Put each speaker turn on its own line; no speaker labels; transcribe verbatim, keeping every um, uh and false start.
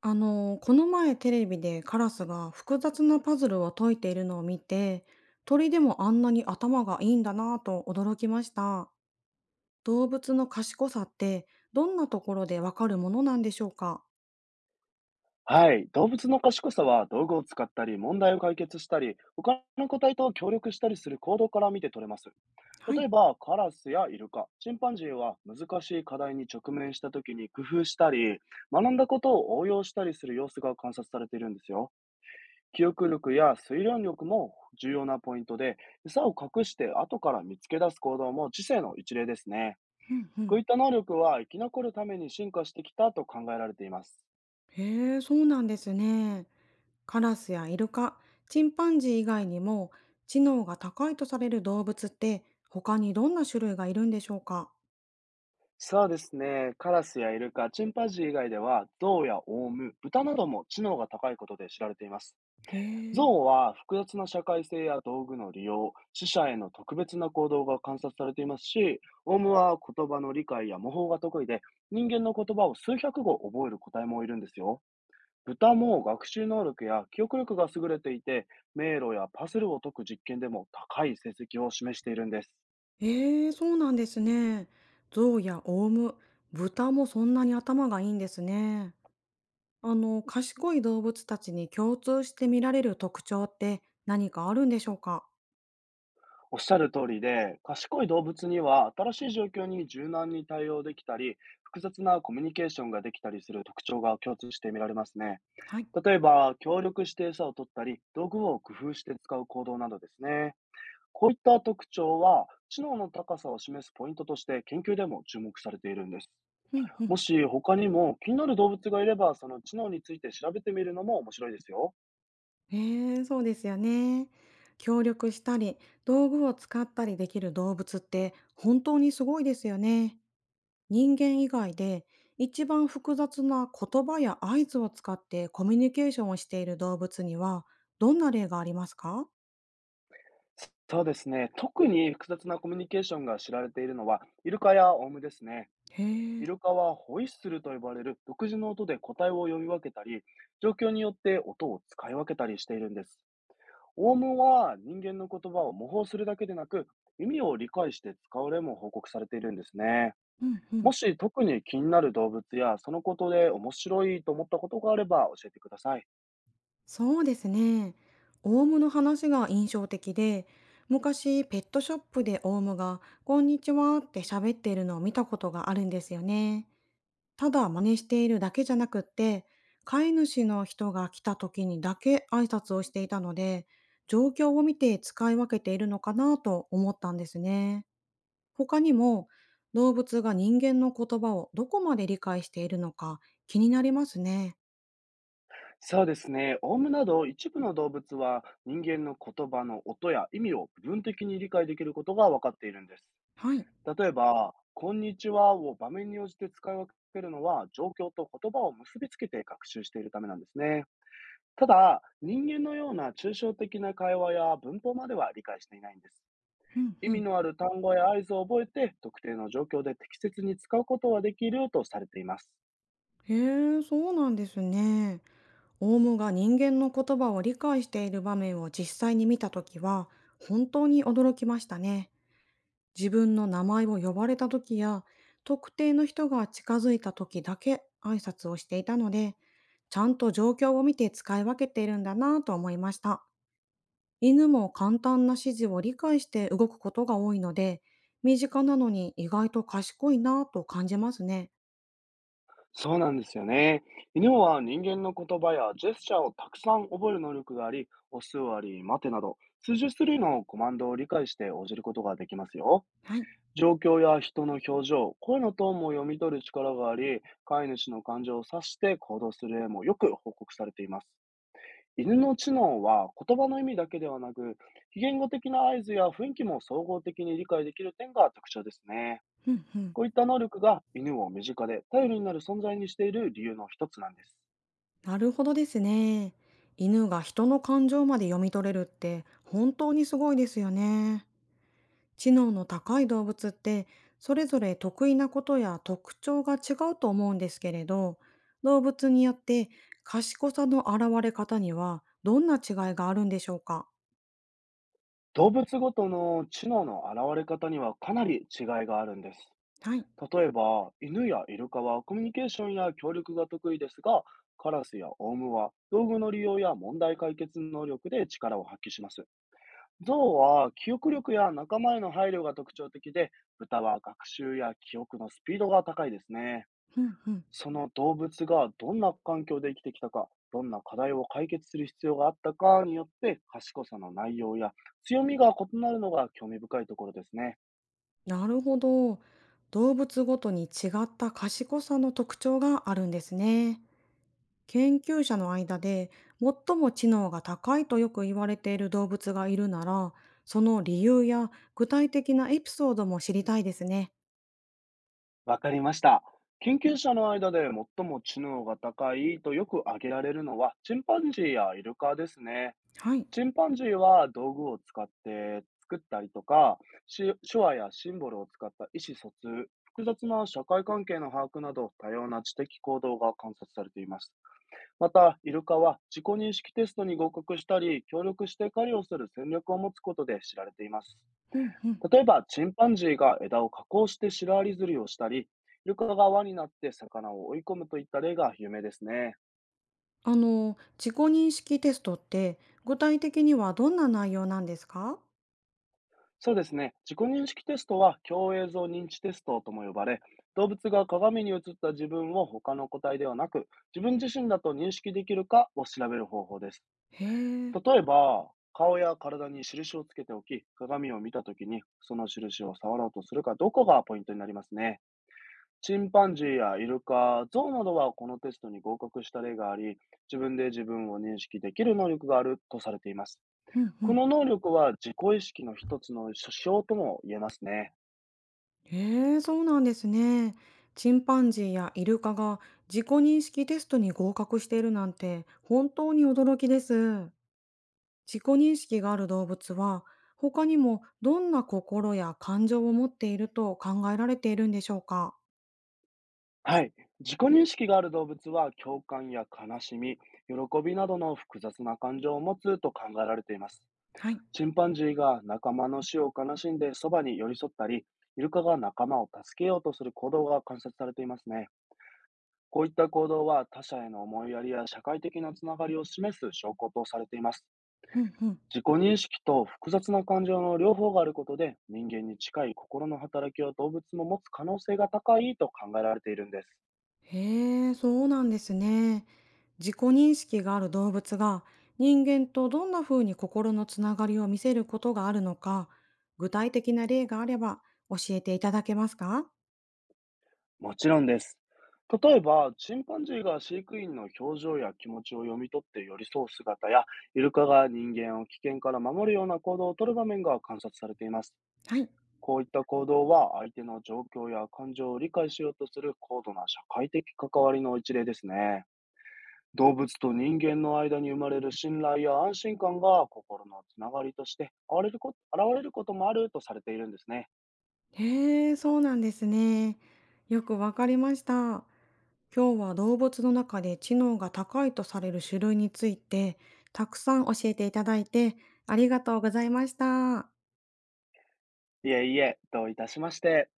あの、この前テレビでカラスが複雑なパズルを解いているのを見て、鳥でもあんなに頭がいいんだなぁと驚きました。動物の賢さってどんなところでわかるものなんでしょうか？
はい。動物の賢さは道具を使ったり、問題を解決したり、他の個体と協力したりする行動から見て取れます。
は
例
い。
えば、カラスやイルカ、チンパンジーは難しい課題に直面した時に工夫したり、学んだことを応用したりする様子が観察されているんですよ。記憶力や推論力も重要なポイントで、餌を隠して後から見つけ出す行動も知性の一例ですね。
うんう
こう
ん。
いった能力は生き残るために進化してきたと考えられています。
へえ、そうなんですね。カラスやイルカ、チンパンジー以外にも知能が高いとされる動物って他にどんな種類がいるんでしょうか？
そうですね。カラスやイルカ、チンパンジー以外では、ゾウやオウム、豚なども知能が高いことで知られています。
へ
ゾ
え。
ウは複雑な社会性や道具の利用、死者への特別な行動が観察されていますし、オウムは言葉の理解や模倣が得意で、人間の言葉を数百語覚える個体もいるんですよ。豚も学習能力や記憶力が優れていて、迷路やパズルを解く実験でも高い成績を示しているんです。
ええ、そうなんですね。象やオウム、豚もそんなに頭がいいんですね。あの、賢い動物たちに共通して見られる特徴って何かあるんでしょうか？
おっしゃる通りで、賢い動物には新しい状況に柔軟に対応できたり、複雑なコミュニケーションができたりする特徴が共通して見られますね。
はい。
例えば、協力して餌を取ったり、道具を工夫して使う行動などですね。こういった特徴は、知能の高さを示すポイントとして研究でも注目されているんです。
うんう
も
ん。
し他にも気になる動物がいれば、その知能について調べてみるのも面白いですよ。
ええ、そうですよね。協力したり、道具を使ったりできる動物って本当にすごいですよね。人間以外で一番複雑な言葉や合図を使ってコミュニケーションをしている動物にはどんな例がありますか？
そうですね。特に複雑なコミュニケーションが知られているのは、イルカやオウムですね。
へ
イ
え。
ルカはホイッスルと呼ばれる独自の音で個体を呼び分けたり、状況によって音を使い分けたりしているんです。オウムは人間の言葉を模倣するだけでなく、意味を理解して使う例も報告されているんですね。
うんうん。
もし特に気になる動物やそのことで面白いと思ったことがあれば教えてください。
そうですね。オウムの話が印象的で、昔ペットショップでオウムが「こんにちは」って喋っているのを見たことがあるんですよね。ただ真似しているだけじゃなくって、飼い主の人が来た時にだけ挨拶をしていたので、状況を見て使い分けているのかなと思ったんですね。他にも動物が人間の言葉をどこまで理解しているのか気になりますね。
そうですね。オウムなど一部の動物は人間の言葉の音や意味を部分的に理解できることが分かっているんです。
はい。
例えば、こんにちはを場面に応じて使い分けるのは、状況と言葉を結びつけて学習しているためなんですね。ただ、人間のような抽象的な会話や文法までは理解していないんです。
うん
意
う
味
ん。
のある単語や合図を覚えて、特定の状況で適切に使うことはできるとされています。
へえ、そうなんですね。オウムが人間の言葉を理解している場面を実際に見たときは、本当に驚きましたね。自分の名前を呼ばれたときや、特定の人が近づいたときだけ挨拶をしていたので、ちゃんと状況を見て使い分けているんだなぁと思いました。犬も簡単な指示を理解して動くことが多いので、身近なのに意外と賢いなぁと感じますね。
そうなんですよね。犬は人間の言葉やジェスチャーをたくさん覚える能力があり、お座り、待てなど、数十種類のコマンドを理解して応じることができますよ。
はい。
状況や人の表情、声のトーンも読み取る力があり、飼い主の感情を察して行動する例もよく報告されています。犬の知能は言葉の意味だけではなく、非言語的な合図や雰囲気も総合的に理解できる点が特徴ですね。
うんうん。
こういった能力が犬を身近で頼りになる存在にしている理由の一つなんです。
なるほどですね。犬が人の感情まで読み取れるって本当にすごいですよね。知能の高い動物ってそれぞれ得意なことや特徴が違うと思うんですけれど、動物によって賢さの現れ方にはどんな違いがあるんでしょうか？
動物ごとの知能の現れ方にはかなり違いがあるんです。
はい。
例えば、犬やイルカはコミュニケーションや協力が得意ですが、カラスやオウムは道具の利用や問題解決能力で力を発揮します。ゾウは記憶力や仲間への配慮が特徴的で、豚は学習や記憶のスピードが高いですね。
うんうん。
その動物がどんな環境で生きてきたか、どんな課題を解決する必要があったかによって、賢さの内容や強みが異なるのが興味深いところですね。
なるほど。動物ごとに違った賢さの特徴があるんですね。研究者の間で最も知能が高いとよく言われている動物がいるなら、その理由や具体的なエピソードも知りたいですね。
わかりました。研究者の間で最も知能が高いとよく挙げられるのは、チンパンジーやイルカですね。
はい。
チンパンジーは道具を使って作ったりとか、し手話やシンボルを使った意思疎通、複雑な社会関係の把握など多様な知的行動が観察されています。また、イルカは自己認識テストに合格したり、協力して狩りをする戦略を持つことで知られています。
うんうん。
例えば、チンパンジーが枝を加工してシロアリ釣りをしたり、イルカが輪になって魚を追い込むといった例が有名ですね。
あの、自己認識テストって具体的にはどんな内容なんですか？
そうですね。自己認識テストは共映像認知テストとも呼ばれ、動物が鏡に映った自分を他の個体ではなく、自分自身だと認識できるかを調べる方法です。
へえ。
例えば、顔や体に印をつけておき、鏡を見たときにその印を触ろうとするかどうかがポイントになりますね。チンパンジーやイルカ、ゾウなどはこのテストに合格した例があり、自分で自分を認識できる能力があるとされています。
うんう
こ
ん。
の能力は自己意識の一つの指標とも言えますね。
へえ、そうなんですね。チンパンジーやイルカが自己認識テストに合格しているなんて本当に驚きです。自己認識がある動物は他にもどんな心や感情を持っていると考えられているんでしょうか？
はい。自己認識がある動物は共感や悲しみ、喜びなどの複雑な感情を持つと考えられています。
はい。
チンパンジーが仲間の死を悲しんでそばに寄り添ったり、イルカが仲間を助けようとする行動が観察されていますね。こういった行動は他者への思いやりや社会的なつながりを示す証拠とされています。
うんうん。
自己認識と複雑な感情の両方があることで人間に近い心の働きを動物も持つ可能性が高いと考えられているんです。
へえ、そうなんですね。自己認識がある動物が人間とどんな風に心のつながりを見せることがあるのか、具体的な例があれば教えていただけますか？
もちろんです。例えば、チンパンジーが飼育員の表情や気持ちを読み取って寄り添う姿や、イルカが人間を危険から守るような行動をとる場面が観察されています。
はい。
こういった行動は相手の状況や感情を理解しようとする高度な社会的関わりの一例ですね。動物と人間の間に生まれる信頼や安心感が心のつながりとして現れるこ現れることもあるとされているんですね。
へえ、そうなんですね。よくわかりました。今日は動物の中で知能が高いとされる種類についてたくさん教えていただいてありがとうございました。
いえいえ、どういたしまして。